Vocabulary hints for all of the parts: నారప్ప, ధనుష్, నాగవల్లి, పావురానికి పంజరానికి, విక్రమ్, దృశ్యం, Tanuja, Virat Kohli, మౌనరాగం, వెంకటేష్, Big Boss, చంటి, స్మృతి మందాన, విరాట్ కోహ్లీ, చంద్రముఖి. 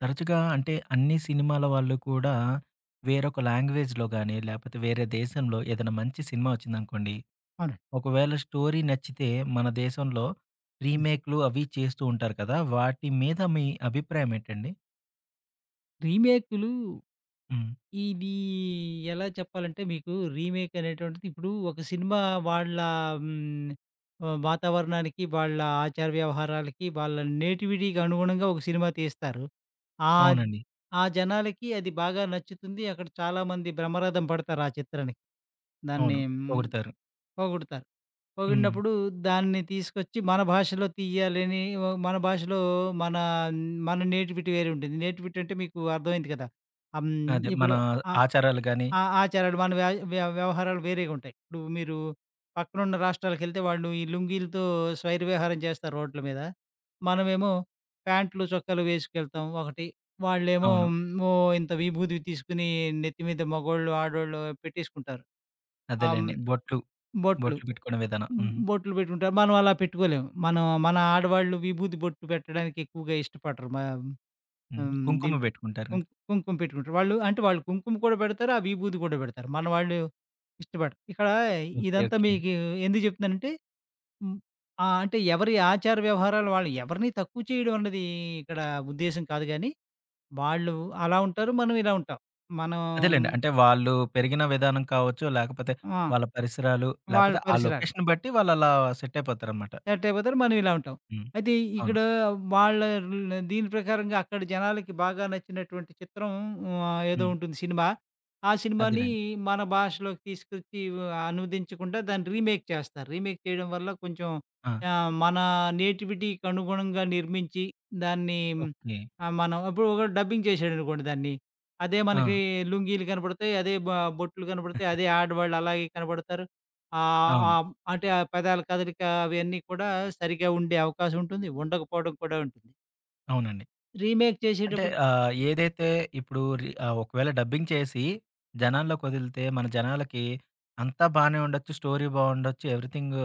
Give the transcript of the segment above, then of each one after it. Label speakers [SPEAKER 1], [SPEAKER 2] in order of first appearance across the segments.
[SPEAKER 1] తరచుగా అంటే అన్ని సినిమాల వాళ్ళు కూడా వేరొక లాంగ్వేజ్‌లో గాని, లేపోతే వేరే దేశంలో ఏదైనా మంచి సినిమా వచ్చిందనుకోండి.
[SPEAKER 2] అవునండి.
[SPEAKER 1] ఒకవేళ స్టోరీ నచ్చితే మన దేశంలో
[SPEAKER 2] హ్మ్.
[SPEAKER 1] రీమేక్‌లు అవి చేస్తూ ఉంటారు కదా! వాటి మీద మీ అభిప్రాయం ఏంటండి?
[SPEAKER 2] రీమేకులు
[SPEAKER 1] హ్మ్.
[SPEAKER 2] ఇది ఎలా చెప్పాలంటే మీకు రీమేక్ అనేటువంటిది ఇప్పుడు ఒక సినిమా వాళ్ళ హ్మ్, వాతావరణానికి, వాళ్ళ ఆచార వ్యవహారాలకి, వాళ్ళ నేటివిటీకి అనుగుణంగా ఒక సినిమా తీస్తారు. ఆహ్,
[SPEAKER 1] అవునండి.
[SPEAKER 2] ఆ జనాలకి అది బాగా నచ్చుతుంది. అక్కడ చాలామంది బ్రహ్మరథం పడతారు ఆ చిత్రానికి.
[SPEAKER 1] అవును.
[SPEAKER 2] దాన్ని హ్మ్,
[SPEAKER 1] పొగుడుతారు.
[SPEAKER 2] పోగొడతారు.
[SPEAKER 1] హ్మ్.
[SPEAKER 2] పోగొట్టినప్పుడు దాన్ని తీసుకొచ్చి మన భాషలో తీయాలని ఓ మన భాషలో మన మన నేటివిటీ వేరే ఉంటుంది. నేటివిటీ అంటే మీకు అర్థమైంది కదా! హ్మ్.
[SPEAKER 1] అదే మన
[SPEAKER 2] ఇప్పుడు ఆ
[SPEAKER 1] ఆచారాలు గాని
[SPEAKER 2] ఆ ఆచారాలు మన వ్య వ్య వ్యవహారాలు వేరేగా ఉంటాయి. ఇప్పుడు మీరు పక్కనున్న రాష్ట్రాలకెళ్తే వాళ్ళు ఈ లుంగీలతో స్వైర విహారం చేస్తారు రోడ్ల మీద. మనమేమో ప్యాంట్లు, చొక్కాలు వేసుకెళ్తాం ఒకటి. వాళ్ళేమో
[SPEAKER 1] అవును.
[SPEAKER 2] మ్, ఓ ఇంత విభూది తీసుకొని నెత్తి మీద మగోళ్ళు, ఆడోళ్ళు పెట్టేసుకుంటారు. ఆహ్, హ్మ్.
[SPEAKER 1] అదేలెండి. బొట్లు,
[SPEAKER 2] బొట్లు.
[SPEAKER 1] బొట్లు పెట్టుకునే విధానం. హ్మ్.
[SPEAKER 2] బొట్లు పెట్టుకుంటారు. మనం అలా పెట్టుకోలేము. మనం మన ఆడవాళ్ళు విభూది బొట్టు పెట్టడానికి ఎక్కువగా ఇష్టపడరు. మా
[SPEAKER 1] హ్మ్.
[SPEAKER 2] హ్మ్.
[SPEAKER 1] కుంకుమ
[SPEAKER 2] దీంట్లో
[SPEAKER 1] పెట్టుకుంటారు,
[SPEAKER 2] కుం
[SPEAKER 1] కదా.
[SPEAKER 2] కుంకుమ పెట్టుకుంటారు. వాళ్ళు అంటే వాళ్ళు కుంకుమ కూడా పెడతారు. ఆ విభూది కూడా పెడతారు. మన వాళ్ళు ఇష్టపడరు. ఇక్కడ
[SPEAKER 1] ఓకే.
[SPEAKER 2] ఇదంతా
[SPEAKER 1] ఓకే.
[SPEAKER 2] మీకు ఎందుకు చెప్తున్నానంటే హ్మ్. అంటే ఎవరి ఆచార వ్యవహారాలు వాళ్ళు ఎవరిని తక్కువ చేయడం అన్నది ఇక్కడ ఉద్దేశ్యం కాదు గానీ, వాళ్ళు అలా ఉంటారు. మనం ఇలా ఉంటాం. మనం
[SPEAKER 1] అదేలెండి. అంటే వాళ్ళు పెరిగిన విధానం కావచ్చు, లేకపోతే
[SPEAKER 2] ఆ!
[SPEAKER 1] వాళ్ళ పరిసరాలు,
[SPEAKER 2] వాళ్ళ
[SPEAKER 1] లేకపోతే ఆ
[SPEAKER 2] పరిసరాలు.
[SPEAKER 1] లొకేషన్ బట్టి వాళ్ళలా సెట్ అయిపోతారనమాట.
[SPEAKER 2] సెట్ అయిపోతారు. మనం ఇలా ఉంటాం.
[SPEAKER 1] హ్మ్.
[SPEAKER 2] అయితే
[SPEAKER 1] అవును.
[SPEAKER 2] ఇక్కడ వాళ్ళ దీని ప్రకారంగా అక్కడ జనాలకి బాగా నచ్చినటువంటి చిత్రం ఏదో
[SPEAKER 1] హ్మ్.
[SPEAKER 2] ఉంటుంది సినిమా. ఆ సినిమాని
[SPEAKER 1] అదేనండి.
[SPEAKER 2] మన భాషలోకి తీసుకొచ్చి ఆ, అనువదించకుండా దాన్ని రీమేక్ చేస్తారు. రీమేక్ చేయడం వల్ల కొంచెం
[SPEAKER 1] ఆ!
[SPEAKER 2] మన నేటివిటీకి అనుగుణంగా నిర్మించి దాన్ని
[SPEAKER 1] ఓకే.
[SPEAKER 2] మనం ఇప్పుడు ఒకడు డబ్బింగ్ చేశాడనుకోండి దాన్ని. అదే
[SPEAKER 1] ఆ!
[SPEAKER 2] మనకి లుంగీలు కనపడతాయి. అదే బ బొట్లు కనపడతాయి. అదే ఆడవాళ్ళు అలాగే కనపడతారు. ఆహ్,
[SPEAKER 1] అవును.
[SPEAKER 2] ఆహ్, అంటే ఆ పెదాల కదలిక అవన్నీ కూడా సరిగ్గా ఉండే అవకాశం ఉంటుంది. ఉండకపోవడం కూడా ఉంటుంది.
[SPEAKER 1] అవునండి.
[SPEAKER 2] రీమేక్
[SPEAKER 1] అంటే
[SPEAKER 2] చేసేటప్పటికి
[SPEAKER 1] ఏదైతే ఇప్పుడు ఒకవేళ డబ్బింగ్ చేసి
[SPEAKER 2] ఆ!
[SPEAKER 1] జనాల్లోకి వదిలితే, మన జనాలకి అంతా బానే ఉండొచ్చు. స్టోరీ బావుండొచ్చు. ఎవ్రీథింగ్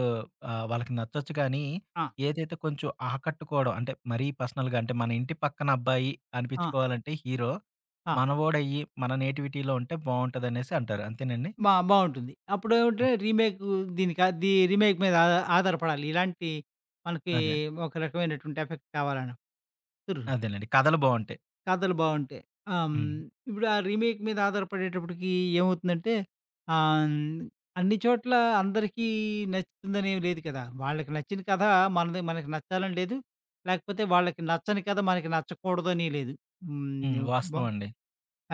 [SPEAKER 1] వాళ్ళకి నచ్చొచ్చు కానీ,
[SPEAKER 2] ఆ!
[SPEAKER 1] ఏదైతే కొంచెం ఆకట్టుకోవడం అంటే మరీ పర్సనల్‌గా అంటే మన ఇంటి పక్కన అబ్బాయి
[SPEAKER 2] ఆ!
[SPEAKER 1] అనిపించుకోవాలంటే హీరో,
[SPEAKER 2] ఆ!
[SPEAKER 1] మనవోడయ్యి మన నేటివిటీలో ఉంటే బావుంటదనేసి అంటారు. అంతేనండి?
[SPEAKER 2] బా బావుంటుంది.
[SPEAKER 1] ఆ!
[SPEAKER 2] అప్పుడేమంటే రీమేక్ దీనికి ఆహ్, దీ రీమేక్ మీద ఆధారపడాలి. ఇలాంటి మనకి
[SPEAKER 1] అదే.
[SPEAKER 2] ఒక రకమైనటువంటి ఎఫెక్ట్ కావాలన్నప్పుడు.
[SPEAKER 1] అదేనండి. కథలు బావుంటాయి.
[SPEAKER 2] కథలు బావుంటాయి. ఆ! హ్మ్.
[SPEAKER 1] హ్మ్.
[SPEAKER 2] ఇప్పుడు ఆ రీమేక్ మీద ఆధారపడేటప్పటికి ఏమవుతుందంటే ఆహ్, హ్మ్. అన్ని చోట్ల అందరికీ నచ్చుతుందనేమి లేదు కదా! వాళ్ళకి నచ్చిన కథ మనది మనకి నచ్చాలని లేదు. లేకపోతే వాళ్ళకి నచ్చని కథ మనకి నచ్చకూడదని లేదు.
[SPEAKER 1] హ్మ్.
[SPEAKER 2] హ్మ్. బ
[SPEAKER 1] వాస్తవం అండి.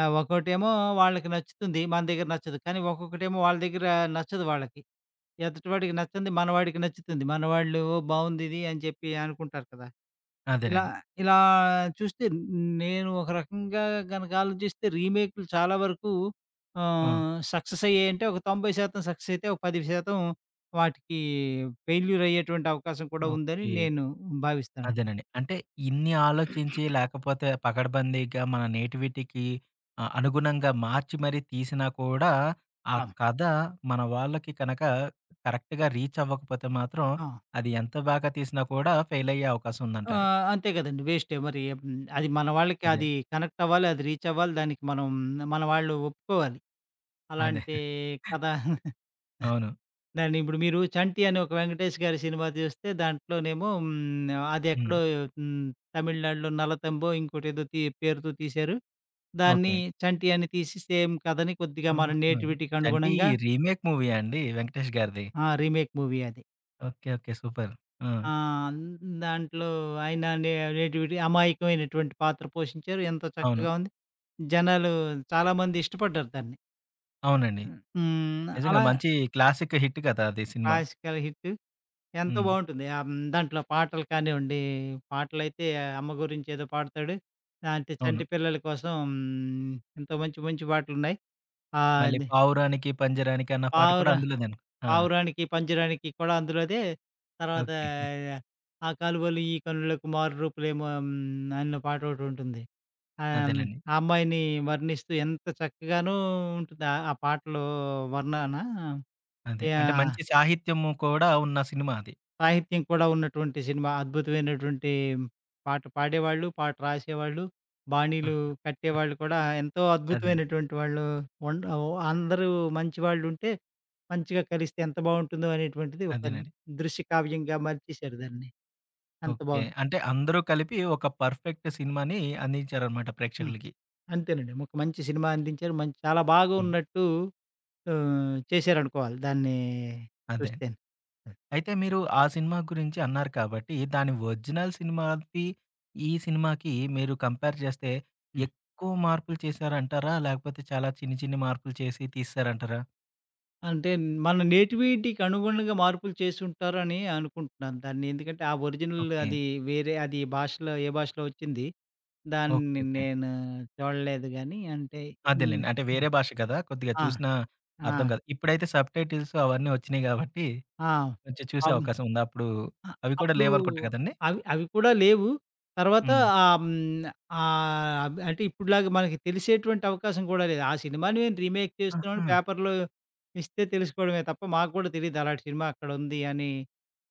[SPEAKER 2] ఆ! ఒక్కోటేమో వాళ్ళకి నచ్చుతుంది. మన దగ్గర నచ్చదు. కానీ ఒక్కొక్కటేమో వాళ్ళ దగ్గర నచ్చదు వాళ్ళకి. ఎదుటివాడికి నచ్చంది మనవాడికి నచ్చుతుంది. మనవాళ్ళు "ఓ బావుందిది" అని చెప్పి అనుకుంటారు కదా! ఇలా
[SPEAKER 1] అదేనండి.
[SPEAKER 2] ఇలా చూస్తే నేను ఒక రకంగా గనక ఆలోచిస్తే రీమేక్‌లు చాలా వరకు
[SPEAKER 1] ఆ!
[SPEAKER 2] సక్సెస్ అయ్యాయంటే ఒక 90% సక్సెస్ అయితే ఒక 10% వాటికి ఫెయిల్యూర్ అయ్యేటువంటి అవకాశం కూడా ఉందని
[SPEAKER 1] ఓకే.
[SPEAKER 2] నేను భావిస్తానండి.
[SPEAKER 1] అదేనండి. అంటే ఇన్ని ఆలోచించి లేకపోతే పకడ్బందీగా మన నేటివిటీకి అనుగుణంగా మార్చి మరీ తీసినా కూడా ఆ
[SPEAKER 2] అవును.
[SPEAKER 1] కథ మన వాళ్ళకి కనక కరెక్ట్‌గా రీచ్ అవ్వకపోతే మాత్రం
[SPEAKER 2] ఆ!
[SPEAKER 1] అది ఎంత బాగా తీసినా కూడా ఫెయిల్ అయ్యే అవకాశం ఉందంటారు.
[SPEAKER 2] అంతే కదండీ వేస్టే మరి అది మన వాళ్ళకి
[SPEAKER 1] అదే.
[SPEAKER 2] అది కనెక్ట్ అవ్వాలి. అది రీచ్ అవ్వాలి. దానికి మనం మన వాళ్ళు ఒప్పుకోవాలి.
[SPEAKER 1] అదే.
[SPEAKER 2] అలాంటి కథ
[SPEAKER 1] అవును.
[SPEAKER 2] దాన్ని ఇప్పుడు మీరు 'చంటి' అని ఒక వెంకటేష్ గారి సినిమా చూస్తే దాంట్లోనేమో అది
[SPEAKER 1] హ్మ్.
[SPEAKER 2] ఎక్కడో హ్మ్, తమిళనాడులో 'నలతంబో' ఇంకోటేదో పేరుతో తీశారు. దాన్ని
[SPEAKER 1] ఓకే.
[SPEAKER 2] 'చంటి' అని తీసి సేమ్ కథని కొద్దిగా మన
[SPEAKER 1] ఆహా!
[SPEAKER 2] నేటివిటీకి
[SPEAKER 1] 'చంటి'
[SPEAKER 2] అనుగుణంగా
[SPEAKER 1] రీమేక్ మూవీయా అండి వెంకటేష్ గారిది?
[SPEAKER 2] రీమేక్ మూవీ అది.
[SPEAKER 1] ఓకే. ఓకే. సూపర్. ఆ!
[SPEAKER 2] ఆ! దాంట్లో ఆయన నే నేటివిటీ అమాయకమైనటువంటి పాత్ర పోషించారు. ఎంతో
[SPEAKER 1] అవును.
[SPEAKER 2] చక్కగా ఉంది. జనాలు చాలామంది ఇష్టపడ్డారు దాన్ని.
[SPEAKER 1] అవునండి.
[SPEAKER 2] హ్మ్. హ్మ్.
[SPEAKER 1] నిజంగా
[SPEAKER 2] అలా
[SPEAKER 1] మంచి క్లాసిక్ హిట్ కదా అది సినిమా!
[SPEAKER 2] క్లాసికల్ హిట్ ఎంతో
[SPEAKER 1] హ్మ్.
[SPEAKER 2] బావుంటుంది. ఆహ్, హ్మ్. దాంట్లో పాటలు కానివ్వండి, పాటలైతే అమ్మ గురించి ఏదో పాడతాడు. అంటే
[SPEAKER 1] అవును.
[SPEAKER 2] చంటి పిల్లల కోసం ఎంతో మంచి మంచి పాటలున్నాయి.
[SPEAKER 1] మళ్ళీ
[SPEAKER 2] అది
[SPEAKER 1] 'పావురానికి పంజరానికి' అన్న పాట
[SPEAKER 2] పావుర
[SPEAKER 1] కూడా అందులోదేనా? ఆ!
[SPEAKER 2] పావురానికి, పంజరానికి కూడా అందులోదే. తర్వాత
[SPEAKER 1] ఓకే.
[SPEAKER 2] ఆ కాలువలు ఈ కనులకు మారు రూపులేమో అన్న పాటోకటుంటుంది. ఆహ్, హ్మ్.
[SPEAKER 1] అదేనండి.
[SPEAKER 2] ఆ అమ్మాయిని వర్ణిస్తూ ఎంత చక్కగానూ ఉంటుంది. ఆ ఆ పాటలో వర్ణన.
[SPEAKER 1] అదే. అంటే
[SPEAKER 2] యాహ్!
[SPEAKER 1] మంచి సాహిత్యము కూడా ఉన్న సినిమా అది.
[SPEAKER 2] సాహిత్యం కూడా ఉన్నటువంటి సినిమా. అద్భుతమైనటువంటి పాట పాడేవాళ్ళు, పాట రాసేవాళ్ళు,
[SPEAKER 1] ఆ!
[SPEAKER 2] బాణీలు కట్టేవాళ్ళు కూడా ఎంతో
[SPEAKER 1] అదే.
[SPEAKER 2] అద్భుతమైనటువంటి వాళ్ళు ఉండ అందరూ మంచి వాళ్ళుంటే, మంచిగా కలిస్తే ఎంత బావుంటుందో అనేటువంటిది ఒక
[SPEAKER 1] అదేనండి.
[SPEAKER 2] దృశ్య కావ్యంగా మలిచేశారు దాన్ని. అంత
[SPEAKER 1] ఓకే.
[SPEAKER 2] బావుంది.
[SPEAKER 1] అంటే అందరూ కలిపి ఒక పర్ఫెక్ట్ సినిమాని అందించారనమాట
[SPEAKER 2] హ్మ్.
[SPEAKER 1] ప్రేక్షకులకి.
[SPEAKER 2] అంతేనండి. ఒక మంచి సినిమా అందించారు. మంచి చాలా
[SPEAKER 1] హ్మ్.
[SPEAKER 2] బాగున్నట్టు చేశారనుకోవాలి దాన్ని
[SPEAKER 1] అదే.
[SPEAKER 2] చూస్తేను.
[SPEAKER 1] అయితే మీరు ఆ సినిమా గురించి అన్నారు కాబట్టి, దాని ఒరిజినల్ సినిమాకి, ఈ సినిమాకి మీరు కంపేర్ చేస్తే
[SPEAKER 2] హ్మ్.
[SPEAKER 1] ఎక్కువ మార్పులు చేశారంటారా? లేకపోతే చాలా చిన్ని చిన్ని మార్పులు చేసి తీసేసారంటారా?
[SPEAKER 2] అంటే మన నేటివిటీకి అనుగుణంగా మార్పులు చేసుంటారని అనుకుంటున్నాను. దాన్ని ఎందుకంటే ఆ ఒరిజినల్
[SPEAKER 1] ఓకే.
[SPEAKER 2] అది వేరే అది భాషలో ఏ భాషలో వచ్చింది.
[SPEAKER 1] ఓకే.
[SPEAKER 2] దాన్ని
[SPEAKER 1] ఓకే.
[SPEAKER 2] నేను చూడలేదు గానీ అంటే హ్మ్.
[SPEAKER 1] అదేలెండి. అంటే వేరే భాష కదా! కొద్దిగా
[SPEAKER 2] ఆ!
[SPEAKER 1] చూసినా అర్థం
[SPEAKER 2] ఆ!
[SPEAKER 1] కాదు. ఇప్పుడైతే సబ్‌టైటిల్స్ అవన్నీ వచ్చినియి గాబట్టి,
[SPEAKER 2] ఆ!
[SPEAKER 1] కొంచెం
[SPEAKER 2] ఆ!
[SPEAKER 1] చూసే
[SPEAKER 2] అం
[SPEAKER 1] అవకాశం ఉంది. అప్పుడు
[SPEAKER 2] ఆ!
[SPEAKER 1] అవి కూడా
[SPEAKER 2] అప్పుడు
[SPEAKER 1] లేవనుకుంటా గదండీ!
[SPEAKER 2] అవి అవి కూడా లేవు. తర్వాత
[SPEAKER 1] హ్మ్.
[SPEAKER 2] ఆహ్, హ్మ్, అంటే ఇప్పుడులాగా మనకి తెలిసేటువంటి అవకాశం కూడా లేదు. ఆ సినిమాని మేము రీమేక్ చేస్తున్నామని
[SPEAKER 1] ఆహా!
[SPEAKER 2] పేపర్‌లో ఇస్తే తెలుసుకోవడమే తప్ప మాకు కూడా తెలీదు అలాంటి సినిమా అక్కడుంది అని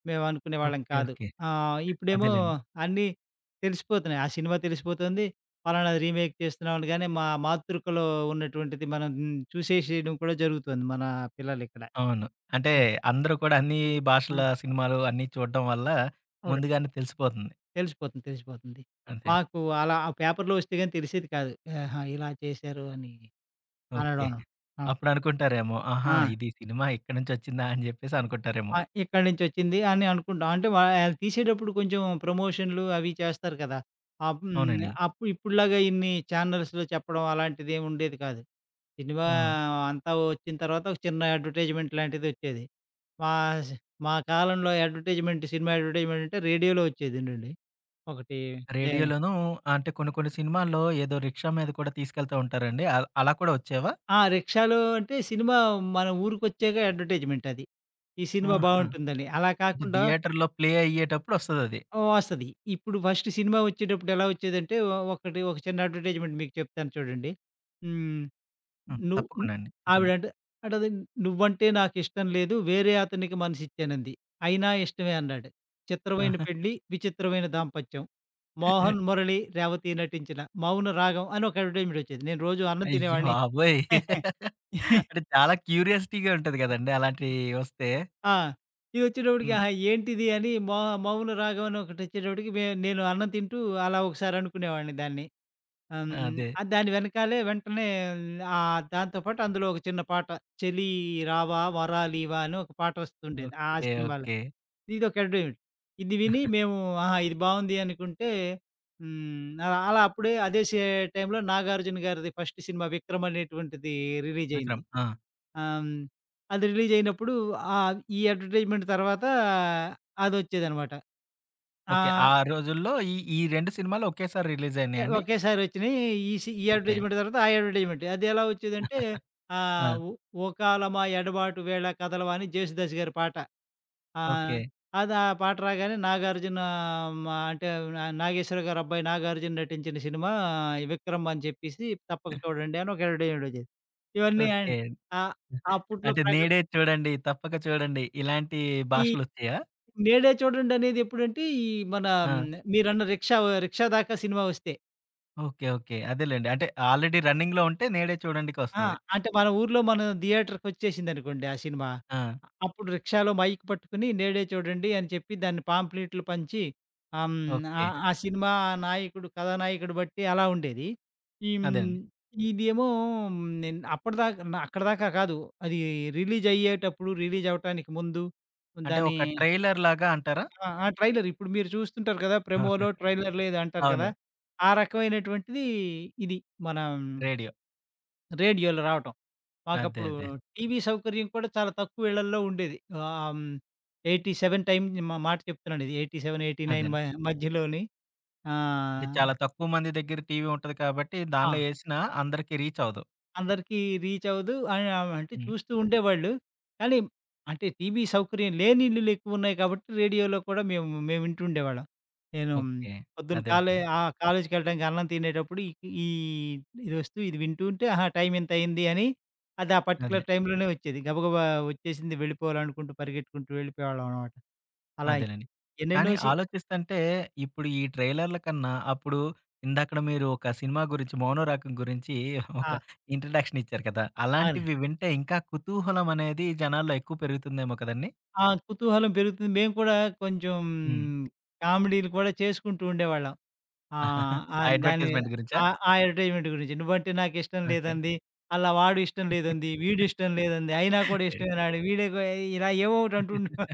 [SPEAKER 2] మేము అనుకునేవాళ్ళం
[SPEAKER 1] ఓకే.
[SPEAKER 2] కాదు.
[SPEAKER 1] ఓకే.
[SPEAKER 2] ఇప్పుడేమో
[SPEAKER 1] అదేలెండి.
[SPEAKER 2] అన్నీ తెలిసిపోతున్నాయి. ఆ సినిమా తెలిసిపోతుంది. పలానాది రీమేక్ చేస్తున్నాం అనగానే మా మాతృకలో ఉన్నటువంటిది మనం చూసేసేయడం కూడా జరుగుతుంది మన పిల్లలిక్కడ.
[SPEAKER 1] అవును. అంటే
[SPEAKER 2] ఆ!
[SPEAKER 1] అందరూ కూడా అన్ని భాషల
[SPEAKER 2] ఆ!
[SPEAKER 1] సినిమాలు అన్నీ చూడడం వల్ల
[SPEAKER 2] అవునండి.
[SPEAKER 1] ముందుగానే తెలిసిపోతుంది.
[SPEAKER 2] తెలిసిపోతుంది.
[SPEAKER 1] అంతే.
[SPEAKER 2] మాకు అలా ఆ పేపర్‌లో వస్తే గాని తెలిసేది కాదు. ఆహా! ఇలా చేశారు అని
[SPEAKER 1] ఓకే.
[SPEAKER 2] అనడం. ఆ!
[SPEAKER 1] అప్పుడనుకుంటారేమో, ఆహా!
[SPEAKER 2] ఆ!
[SPEAKER 1] ఇది సినిమా ఇక్కడి నుంచొచ్చిందా అని జెప్పేసి అనుకుంటారేమో.
[SPEAKER 2] ఆ! ఇక్కడి నుంచొచ్చింది అని అనుకుంటాం. అంటే ఆళ్ళు తీసేటప్పుడు కొంచెం ప్రమోషన్‌లు అవి చేస్తారు కదా! ఆహ్, హ్మ్.
[SPEAKER 1] అవునండి.
[SPEAKER 2] అప్పుడు ఇప్పుడులాగా ఇన్ని ఛానల్స్‌లో చెప్పడం అలాంటిదేమి ఉండేది కాదు. సినిమా
[SPEAKER 1] ఆ!
[SPEAKER 2] అంతా వచ్చిన తర్వాత ఒక చిన్న అడ్వర్టైజ్‌మెంట్ లాంటిదొచ్చేది. మా స్ మా కాలంలో అడ్వర్టైజ్‌మెంట్ సినిమా అడ్వర్టైజ్‌మెంట్ అంటే రేడియోలో వచ్చేదండి. ఒకటి నే
[SPEAKER 1] రేడియోలోనూ అంటే కొన్ని కొన్ని సినిమాల్లో ఏదో రిక్షా మీద కూడా తీసుకెళ్తా ఉంటారండి. అలా కూడా వచ్చేవా?
[SPEAKER 2] ఆ! రిక్షాలో అంటే సినిమా మన ఊరికొచ్చాక అడ్వర్టైజ్‌మెంట్ అది. ఈ సినిమా
[SPEAKER 1] ఆహా!
[SPEAKER 2] బావుంటుందని. అలా
[SPEAKER 1] అంటే
[SPEAKER 2] కాకుండా
[SPEAKER 1] థియేటర్‌లో ప్లే అయ్యేటప్పుడు వస్తదది.
[SPEAKER 2] వస్తది. ఇప్పుడు ఫస్ట్ సినిమా వచ్చేటప్పుడు ఎలా వచ్చేదంటే ఒ ఒకటి ఒక చిన్న అడ్వర్టైజ్‌మెంట్ మీకు చెప్తాను చూడండి. హ్మ్.
[SPEAKER 1] హ్మ్.
[SPEAKER 2] ను
[SPEAKER 1] తప్పకుండా అండి, చెప్పండి.
[SPEAKER 2] ఆవిడంట అంటది "నువ్వంటే నాకిష్టం లేదు. వేరే అతనికి మనసిచ్చానంది. అయినా ఇష్టమే" అన్నాడు. "చిత్రమైన
[SPEAKER 1] ఆహా!
[SPEAKER 2] పెళ్లి, విచిత్రమైన దాంపత్యం. మోహన్, మురళి, రేవతి నటించిన మౌన రాగం" అని ఒక అడ్వర్టైజ్‌మెంట్ వచ్చేది. నేను రోజు అన్నం
[SPEAKER 1] అయ్య
[SPEAKER 2] తినేవాడిని.
[SPEAKER 1] బాబోయ్! అంటే చాలా క్యూరియాసిటీగా ఉంటది గదండీ అలాంటివి వస్తే!
[SPEAKER 2] ఆ! ఇదొచ్చేటప్పటికి
[SPEAKER 1] హ్మ్.
[SPEAKER 2] ఆహా! ఏంటిది అని మౌన రాగం అని ఒకటొచ్చేటప్పటికి నేను అన్నం తింటూ అలా ఒకసారి అనుకునేవాడిని దాన్ని.
[SPEAKER 1] అదే.
[SPEAKER 2] దాని వెనకాలే వెంటనే దాంతో పాటు అందులో ఒక చిన్న పాట 'చెలి 'రావా వరాలివా' అని ఒక పాట వస్తుండేది ఆ
[SPEAKER 1] ఓకే.
[SPEAKER 2] సినిమాలో.
[SPEAKER 1] ఓకే.
[SPEAKER 2] ఇదొక అడ్వెంట్. ఇది విని మేము ఆహా! ఇది బావుంది అనుకుంటే అలా అలా అప్పుడే అదే సే టైంలో నాగార్జున గారిది ఫస్ట్ సినిమా 'విక్రమ్' అనేటువంటిది రిలీజయింది.
[SPEAKER 1] 'విక్రమ్.' ఆ!
[SPEAKER 2] ఆహ్, హ్మ్. అది రిలీజ్ అయినప్పుడు ఈ అడ్వర్టైజ్‌మెంట్ తర్వాత అదొచ్చేదనమాట.
[SPEAKER 1] ఓకే. ఆ
[SPEAKER 2] ఆహ్,
[SPEAKER 1] రోజుల్లో ఈ ఈ 2 సినిమాలు ఒకేసారి రిలీజ్ అయినాయండి?
[SPEAKER 2] ఒకేసారి వచ్చినయి. ఈ
[SPEAKER 1] ఓకే.
[SPEAKER 2] అడ్వర్టైజ్‌మెంట్ తర్వాత ఆ అడ్వర్టైజ్‌మెంట్. అదెలా వచ్చేదంటే
[SPEAKER 1] ఆ!
[SPEAKER 2] ఆహ్, "ఉ ఓ కాలమా ఎడబాటు వేళ కదలవా" అని జేసుదాస్ గారి పాట. ఆ!
[SPEAKER 1] ఓకే.
[SPEAKER 2] అది ఆ పాట రాగానే నాగార్జున మా అంటే నా నాగేశ్వర గారి అబ్బాయి నాగార్జున నటించిన సినిమా 'విక్రమ్' అని చెప్పేసి "తప్పక చూడండి" అని ఒక అడ్వర్టైజ్‌మెంట్ వచ్చేది. ఇవన్నీ ఆయన
[SPEAKER 1] ఓకే.
[SPEAKER 2] ఆహ్, అప్పట్లో
[SPEAKER 1] అంటే నేడే చూడండి, తప్పక చూడండి ఇలాంటి
[SPEAKER 2] ఈ
[SPEAKER 1] భాషలొచ్చాయా?
[SPEAKER 2] 'మేడే చూడండి' అనేది ఎప్పుడంటే ఈ మన హ్మ్,
[SPEAKER 1] ఆ!
[SPEAKER 2] మీరన్న రిక్షా రిక్షా దాకా సినిమా వస్తే.
[SPEAKER 1] ఓకే. ఓకే. అదేలెండి. అంటే ఆల్రెడీ రన్నింగ్‌లో ఉంటే నేడే
[SPEAKER 2] ఆ!
[SPEAKER 1] చూడండికొస్తది.
[SPEAKER 2] అంటే మన ఊర్లో మన థియేటర్‌కొచ్చేసిందనుకోండి ఆ సినిమా.
[SPEAKER 1] ఆ!
[SPEAKER 2] అప్పుడు రిక్షాలో మైక్ పట్టుకొని 'నేడే చూడండి' అని చెప్పి దాన్ని పాంప్లెట్లు పంచి ఆహ్, హ్మ్,
[SPEAKER 1] ఓకే.
[SPEAKER 2] ఆ సినిమా ఆ నాయకుడు, కథానాయకుడు బట్టి అలా ఉండేది. ఈ హ్మ్,
[SPEAKER 1] అదేనండి.
[SPEAKER 2] ఇదేమో నేను అప్పటిదాకా అక్కడిదాకా కాదు. అది రిలీజ్ అయ్యేటప్పుడు రిలీజ్ అవ్వటానికి ముందు
[SPEAKER 1] అంటే
[SPEAKER 2] దాని
[SPEAKER 1] ఒక ట్రైలర్ లాగా అంటారా?
[SPEAKER 2] ఆ! ఆ! ట్రైలర్. ఇప్పుడు మీరు చూస్తుంటారు కదా!
[SPEAKER 1] అవును.
[SPEAKER 2] ప్రోమోలో, ట్రైలర్‌లో ఏదో అంటారు కదా!
[SPEAKER 1] అవును.
[SPEAKER 2] ఆ రకమైనటువంటిది ఇది మన
[SPEAKER 1] రేడియో.
[SPEAKER 2] రేడియోలో రావటం.
[SPEAKER 1] అదే.
[SPEAKER 2] మాకప్పుడు
[SPEAKER 1] అదే.
[SPEAKER 2] టీవీ సౌకర్యం కూడా చాలా తక్కువ ఇళ్లల్లో ఉండేది. ఆహ్, హ్మ్, 87 టైమ్ మా మాట చెప్తున్నాను ఇది. 87, 89
[SPEAKER 1] అదేనండి.
[SPEAKER 2] మ మధ్యలోని.
[SPEAKER 1] అంటే
[SPEAKER 2] ఆహ్,
[SPEAKER 1] చాలా తక్కువ మంది దగ్గర టీవీ ఉంటది కాబట్టి
[SPEAKER 2] ఆ!
[SPEAKER 1] దానిలో ఏసినా అందరికి రీచ్ అవ్వదు.
[SPEAKER 2] అందరికీ రీచ్ అవ్వదు. అని అంటే
[SPEAKER 1] హ్మ్.
[SPEAKER 2] చూస్తూ ఉండేవాళ్ళు. కానీ అంటే టీవీ సౌకర్యం లేని ఇల్లులు ఎక్కువున్నాయి కాబట్టి రేడియోలో కూడా మేము మేము వింటుండేవాళ్ళం. నేను
[SPEAKER 1] ఓకే.
[SPEAKER 2] పొద్దున
[SPEAKER 1] అదే.
[SPEAKER 2] కాలే
[SPEAKER 1] అదేండి.
[SPEAKER 2] ఆ! కాలేజ్‌కెళ్ళడానికి అన్నం తినేటప్పుడు ఈ ఈ ఇదొస్తూ ఇది వింటూ ఉంటే ఆహా! టైమ్ ఇంతయింది అని అది ఆ
[SPEAKER 1] అదే.
[SPEAKER 2] పర్టిక్యులర్ టైమ్‌లోనే వచ్చేది. గబగబా వచ్చేసింది వెళ్ళిపోవాలనుకుంటూ పరిగెట్టుకుంటూ వెళ్ళిపోయేవాళ్ళం అనమాట. అలా
[SPEAKER 1] అదేనండి.
[SPEAKER 2] ఎన్నెన్నో
[SPEAKER 1] కానీ
[SPEAKER 2] సి
[SPEAKER 1] ఆలోచిస్తంటే ఇప్పుడు ఈ ట్రైలర్‌ల కన్నా అప్పుడు ఇందాకడ మీరు ఒక సినిమా గురించి 'మౌనరాగం' గురించి ఒక
[SPEAKER 2] ఆ!
[SPEAKER 1] ఇంట్రడక్షన్ ఇచ్చారు కదా!
[SPEAKER 2] అవును.
[SPEAKER 1] అలాంటివి వింటే ఇంకా కుతూహలం అనేది జనాల్లో ఎక్కువ పెరుగుతుందేమో కదండీ!
[SPEAKER 2] కుతూహలం పెరుగుతుంది. మేము కూడా కొంచెం
[SPEAKER 1] హ్మ్.
[SPEAKER 2] కామెడీలు కూడా చేసుకుంటూ ఉండేవాళ్ళం. ఆ!
[SPEAKER 1] ఆ
[SPEAKER 2] ఆహ్, దాని
[SPEAKER 1] అడ్వర్‌టైజ్‌మెంట్ గురించా?
[SPEAKER 2] ఆ ఆ అడ్వర్టైజ్‌మెంట్ గురించి. "నువ్వంటే నాకిష్టం
[SPEAKER 1] ఓకే.
[SPEAKER 2] లేదంది." అలా వాడు ఇష్టం లేదంది. వీడు ఇష్టం లేదంది. అయినా కూడా ఇష్టమేనాడు. వీడే గో ఇలా ఏవో ఒకటి అంటూ ఉండేవారు.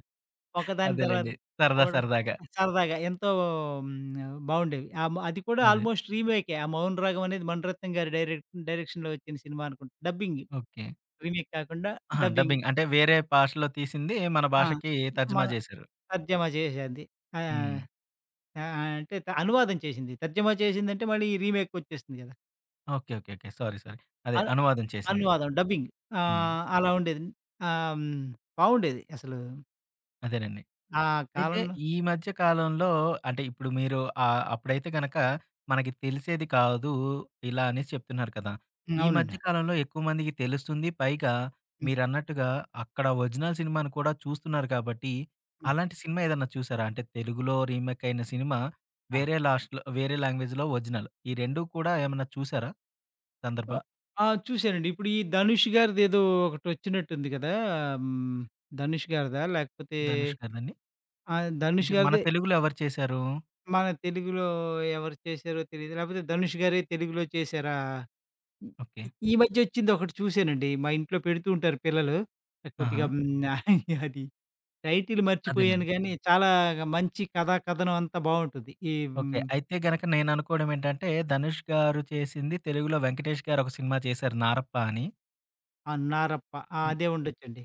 [SPEAKER 2] ఒకదాని తర్వాత
[SPEAKER 1] అదేలెండి. సరదా
[SPEAKER 2] ఒకటి
[SPEAKER 1] సరదాగా.
[SPEAKER 2] సరదాగా ఎంతో బావుండేవి. ఆ! మ అది కూడా
[SPEAKER 1] అదే.
[SPEAKER 2] ఆల్‌మోస్ట్ రీమేకే. ఆ 'మౌనరాగం' అనేది మణిరత్నం గారి డైరెక్షన్‌లో వచ్చిన సినిమా అనుకుంటా. డబ్బింగ్.
[SPEAKER 1] ఓకే.
[SPEAKER 2] రీమేక్ కాకుండా
[SPEAKER 1] ఆహా!
[SPEAKER 2] డబ్బింగ్.
[SPEAKER 1] డబ్బింగ్ అంటే వేరే భాషలో తీసింది మన
[SPEAKER 2] ఆ!
[SPEAKER 1] భాషకి తర్జుమా
[SPEAKER 2] మన
[SPEAKER 1] జేశారు.
[SPEAKER 2] తర్జమా చేసేది. ఆహ్,
[SPEAKER 1] హ్మ్.
[SPEAKER 2] ఆహ్, అంటే అనువాదం చేసింది. తర్జమా చేసిందంటే మళ్ళీ రీమేక్‌కొచ్చేస్తుంది కదా!
[SPEAKER 1] Okay. Okay. Okay. Sorry. Sorry. అదే
[SPEAKER 2] అల
[SPEAKER 1] అనువాదం చేసింది.
[SPEAKER 2] అనువాదం. డబ్బింగ్.
[SPEAKER 1] హ్మ్.
[SPEAKER 2] అలా ఉండేది. ఆహ్, హ్మ్. బావుండేది అసలు.
[SPEAKER 1] అదేనండి.
[SPEAKER 2] ఆ
[SPEAKER 1] అయితే
[SPEAKER 2] కాలంలో
[SPEAKER 1] ఈ మధ్య కాలంలో అంటే ఇప్పుడు మీరు అప్పుడైతే గనక మనకి తెలిసేది కాదు. ఇలా అనేసి చెప్తున్నారు కదా! ఈ మధ్య
[SPEAKER 2] అవునండి.
[SPEAKER 1] కాలంలో ఎక్కువ మందికి తెలుస్తుంది. పైగా
[SPEAKER 2] హ్మ్.
[SPEAKER 1] మీరన్నట్టుగా అక్కడ ఒరిజినల్ సినిమాను కూడా చూస్తున్నారు కాబట్టి,
[SPEAKER 2] హ్మ్.
[SPEAKER 1] అలాంటి సినిమా ఏదన్నా చూసారా? అంటే తెలుగులో రీమేక్ అయిన సినిమా
[SPEAKER 2] ఆ!
[SPEAKER 1] వేరే లాస్ట్‌లో వేరే లాంగ్వేజ్‌లో ఒరిజినల్. ఈ 2 కూడా ఏమన్నా చూసారా? సందర్భం
[SPEAKER 2] ఆహ్, ఆ! చూసానండి. ఇప్పుడు ఈ 'ధనుష్' గారిదేదో ఒకటొచ్చినట్టుంది కదా! హ్మ్. 'ధనుష్' గారిదా? లేకపోతే
[SPEAKER 1] ధనుష్ గారిదండి.
[SPEAKER 2] ఆ!
[SPEAKER 1] అంటే
[SPEAKER 2] 'ధనుష్'
[SPEAKER 1] మన
[SPEAKER 2] గారిదే
[SPEAKER 1] తెలుగులో ఎవరు చేశారు?
[SPEAKER 2] మన తెలుగులో ఎవరు చేశారో తెలీదు. లేకపోతే 'ధనుష్' గారే తెలుగులో చేశారా?
[SPEAKER 1] ఓకే.
[SPEAKER 2] ఈ ఈ ఈ మధ్య ఒచ్చిందొకటి చూసానండి. మా ఇంట్లో పెడుతూ ఉంటారు పిల్లలు.
[SPEAKER 1] ఆహా!
[SPEAKER 2] కొద్దిగా అది టైటిల్
[SPEAKER 1] అదేనండి.
[SPEAKER 2] మర్చిపోయాను గానీ, చాలా మంచి కథా కథనం అంతా బావుంటుంది.
[SPEAKER 1] ఓకే. అయితే గనక నేననుకోవడం ఏంటంటే, 'ధనుష్' గారు చేసింది తెలుగులో 'వెంకటేష్' గారు ఒక సినిమా చేశారు 'నారప్ప' అని.
[SPEAKER 2] ఆ 'నారప్ప',
[SPEAKER 1] హ్మ్.
[SPEAKER 2] అదే ఉండొచ్చండి.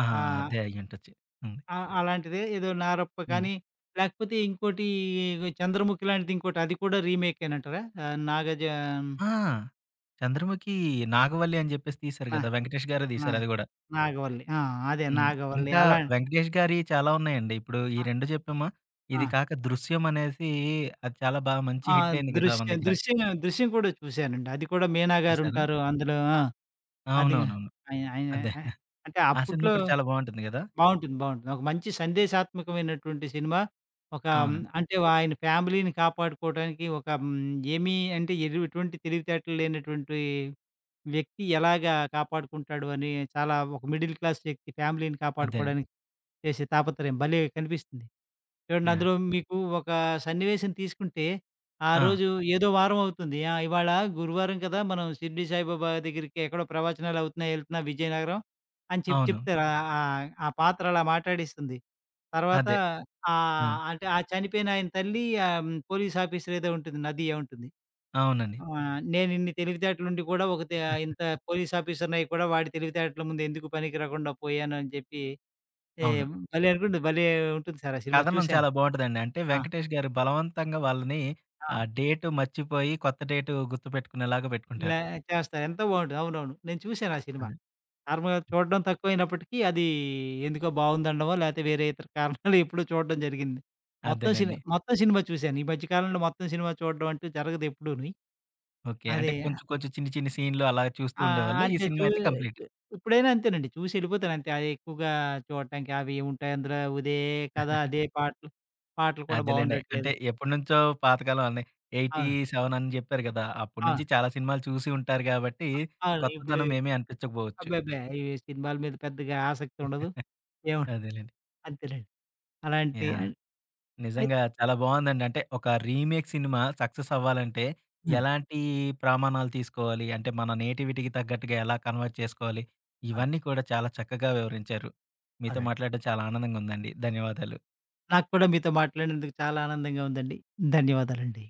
[SPEAKER 1] ఆహా!
[SPEAKER 2] ఆ!
[SPEAKER 1] అదే అయ్యుండొచ్చు. హ్మ్.
[SPEAKER 2] అ అలాంటిదే ఏదో 'నారప్ప'
[SPEAKER 1] హ్మ్.
[SPEAKER 2] కానీ, లేకపోతే ఇంకోటి 'చంద్రముఖి' లాంటిది ఇంకోటి అది కూడా రీమేకేనంటారా? ఆహ్, నాగజ
[SPEAKER 1] ఆ! 'చంద్రముఖి', 'నాగవల్లి' అని జెప్పేసి తీశారు
[SPEAKER 2] నా
[SPEAKER 1] గదా! 'వెంకటేష్' గారే
[SPEAKER 2] నా
[SPEAKER 1] తీశారు అది గూడా.
[SPEAKER 2] 'నాగవల్లి' అదే
[SPEAKER 1] హ్మ్.
[SPEAKER 2] 'నాగవల్లి'
[SPEAKER 1] ఇంకా
[SPEAKER 2] అలా
[SPEAKER 1] 'వెంకటేష్' గారియి చాలా ఉన్నాయండి. ఇప్పుడు ఈ
[SPEAKER 2] ఆ!
[SPEAKER 1] 2 చెప్పామా,
[SPEAKER 2] ఆ!
[SPEAKER 1] ఇది కాక 'దృశ్యం' అనేసి అది చాలా మంచి
[SPEAKER 2] ఆ!
[SPEAKER 1] హిట్ అయింది గదా మన
[SPEAKER 2] 'దృశ్యం',
[SPEAKER 1] దగ్గర!
[SPEAKER 2] 'దృశ్యం' కూడా చూశానండి. అది కూడా మీనా
[SPEAKER 1] చూసారా?
[SPEAKER 2] గారుంటారు అందులో. అది
[SPEAKER 1] అవునవునవును.
[SPEAKER 2] ఆయన ఆయన
[SPEAKER 1] అదే.
[SPEAKER 2] అంటే
[SPEAKER 1] ఆ సినిమా
[SPEAKER 2] అప్పట్లో
[SPEAKER 1] కూడా చాలా బావుంటుంది గదా!
[SPEAKER 2] బావుంటుంది. బావుంటుంది. ఒక మంచి సందేశాత్మకమైనటువంటి సినిమా.
[SPEAKER 1] అవును.
[SPEAKER 2] అంటే ఆయన ఫ్యామిలీని కాపాడుకోవడానికి ఒక హ్మ్, ఏమీ అంటే ఎరు ఎటువంటి తెలివితేటలు లేనటువంటి వ్యక్తి ఎలాగా కాపాడుకుంటాడు అని చాలా ఒక మిడిల్ క్లాస్ వ్యక్తి ఫ్యామిలీని
[SPEAKER 1] అదేనండి.
[SPEAKER 2] కాపాడుకోవడానికి చేసే తాపత్రయం భలే కనిపిస్తుంది. చూడండి
[SPEAKER 1] యాహ్!
[SPEAKER 2] అందులో మీకు ఒక సన్నివేశం తీసుకుంటే, ఆ
[SPEAKER 1] ఆ!
[SPEAKER 2] రోజు ఏదో వారం అవుతుంది. ఇవాళ గురువారం కదా! మనం షిరిడి సాయిబాబా దగ్గరికి ఎక్కడో ప్రవచనాలు అవుతున్నాయి, ఎళ్తున్నా విజయనగరం అని చెప్పి
[SPEAKER 1] అవును.
[SPEAKER 2] చెప్తారు. ఆహ్, ఆహ్, ఆ పాత్ర అలా మాట్లాడిస్తుంది. తర్వాత
[SPEAKER 1] అదే. ఆ!
[SPEAKER 2] అంటే ఆ చనిపోయిన ఆయన తల్లి పోలీస్ ఆఫీసర్ ఏదో ఉంటుంది. నదియా ఉంటుంది.
[SPEAKER 1] అవునండి.
[SPEAKER 2] నేను ఇన్ని తెలివితేటలుండి కూడా ఒక తే ఇంత పోలీస్ ఆఫీసర్‌నయి కూడా వాడి తెలివితేటల ముందు ఎందుకు పనికి రాకుండా పోయాను అని చెప్పి, ఏ
[SPEAKER 1] అవును.
[SPEAKER 2] భలే అనుకుంటుంది. భలే ఉంటుంది సార్ ఆ సినిమా
[SPEAKER 1] కథనం
[SPEAKER 2] చూసాను.
[SPEAKER 1] చాలా బావుంటదండి. అంటే
[SPEAKER 2] ఆ!
[SPEAKER 1] 'వెంకటేష్' గారు బలవంతంగా వాళ్ళని
[SPEAKER 2] ఆ!
[SPEAKER 1] ఆ డేట్ మర్చిపోయి కొత్త డేట్ గుర్తుపెట్టుకునేలాగా
[SPEAKER 2] ఇలా
[SPEAKER 1] పెట్టుకుంటారు.
[SPEAKER 2] చేస్తారు. ఎంతో బావుంటది. అవునవును. నేను చూసాను ఆ సినిమా.
[SPEAKER 1] అదే.
[SPEAKER 2] నార్మల్‌గా చూడడం తక్కువైనప్పటికీ అది ఎందుకో బావుందనడమో, లేతే వేరే ఇతర కారణాలు ఎప్పుడో చూడడం జరిగింది.
[SPEAKER 1] అదేలెండి.
[SPEAKER 2] మొత్తం సినిమా చూసాను. ఈ మధ్య కాలంలో మొత్తం సినిమా చూడడం అంటూ జరగదు ఎప్పుడూని.
[SPEAKER 1] ఓకే.
[SPEAKER 2] అదే
[SPEAKER 1] అంటే కొంచెం కొంచెం చిన్ని చిన్ని సీన్‌లు అలా చూస్తూ
[SPEAKER 2] ఆ!
[SPEAKER 1] ఉండేవాళ్ళు. ఈ
[SPEAKER 2] అంతే
[SPEAKER 1] సినిమా
[SPEAKER 2] చూ
[SPEAKER 1] అయితే కంప్లీట్.
[SPEAKER 2] చూ- ఇప్పుడైనా అంతేనండి. చూసి ఎళ్ళిపోతాను అంతే. అది ఎక్కువగా చూడటానికి అవి ఉంటాయి అందులో ఇదే కథ, అదే పాటలు. పాటలు కూడా
[SPEAKER 1] అదేలెండి. అంటే
[SPEAKER 2] బావుండట్లేదు.
[SPEAKER 1] ఎప్పటినుంచో పాతకాలం అని
[SPEAKER 2] అవును.
[SPEAKER 1] 87 అని చెప్పారు కదా!
[SPEAKER 2] ఆ!
[SPEAKER 1] అప్పటినుంచి చాలా సినిమాలు చూసి ఉంటారు కాబట్టి
[SPEAKER 2] అవును.
[SPEAKER 1] కొత్తదనం ఏమీ అనిపించకపోవచ్చు.
[SPEAKER 2] అబ్బెబ్బే! ఈ సినిమాల మీద పెద్దగా ఆసక్తి ఉండదు. ఏముండదు.
[SPEAKER 1] అదేలెండి.
[SPEAKER 2] అంతేనండి. అలాంటి
[SPEAKER 1] యాహ్!
[SPEAKER 2] అన్ అయి
[SPEAKER 1] నిజంగా చాలా బావుందండి. అంటే ఒక రీమేక్ సినిమా సక్సెస్ అవ్వాలంటే
[SPEAKER 2] హ్మ్.
[SPEAKER 1] ఎలాంటి ప్రమాణాలు తీసుకోవాలి? అంటే మన నేటివిటీకి తగ్గట్టుగా ఎలా కన్వర్ట్ చేసుకోవాలి? ఇవన్నీ
[SPEAKER 2] అవునండి.
[SPEAKER 1] కూడా చాలా చక్కగా వివరించారు. మీతో
[SPEAKER 2] అవునండి.
[SPEAKER 1] మాట్లాడడం చాలా ఆనందంగా ఉందండి. ధన్యవాదాలు.
[SPEAKER 2] నాకు కూడా మీతో మాట్లాడినందుకు చాలా ఆనందంగా ఉందండి. ధన్యవాదాలండి.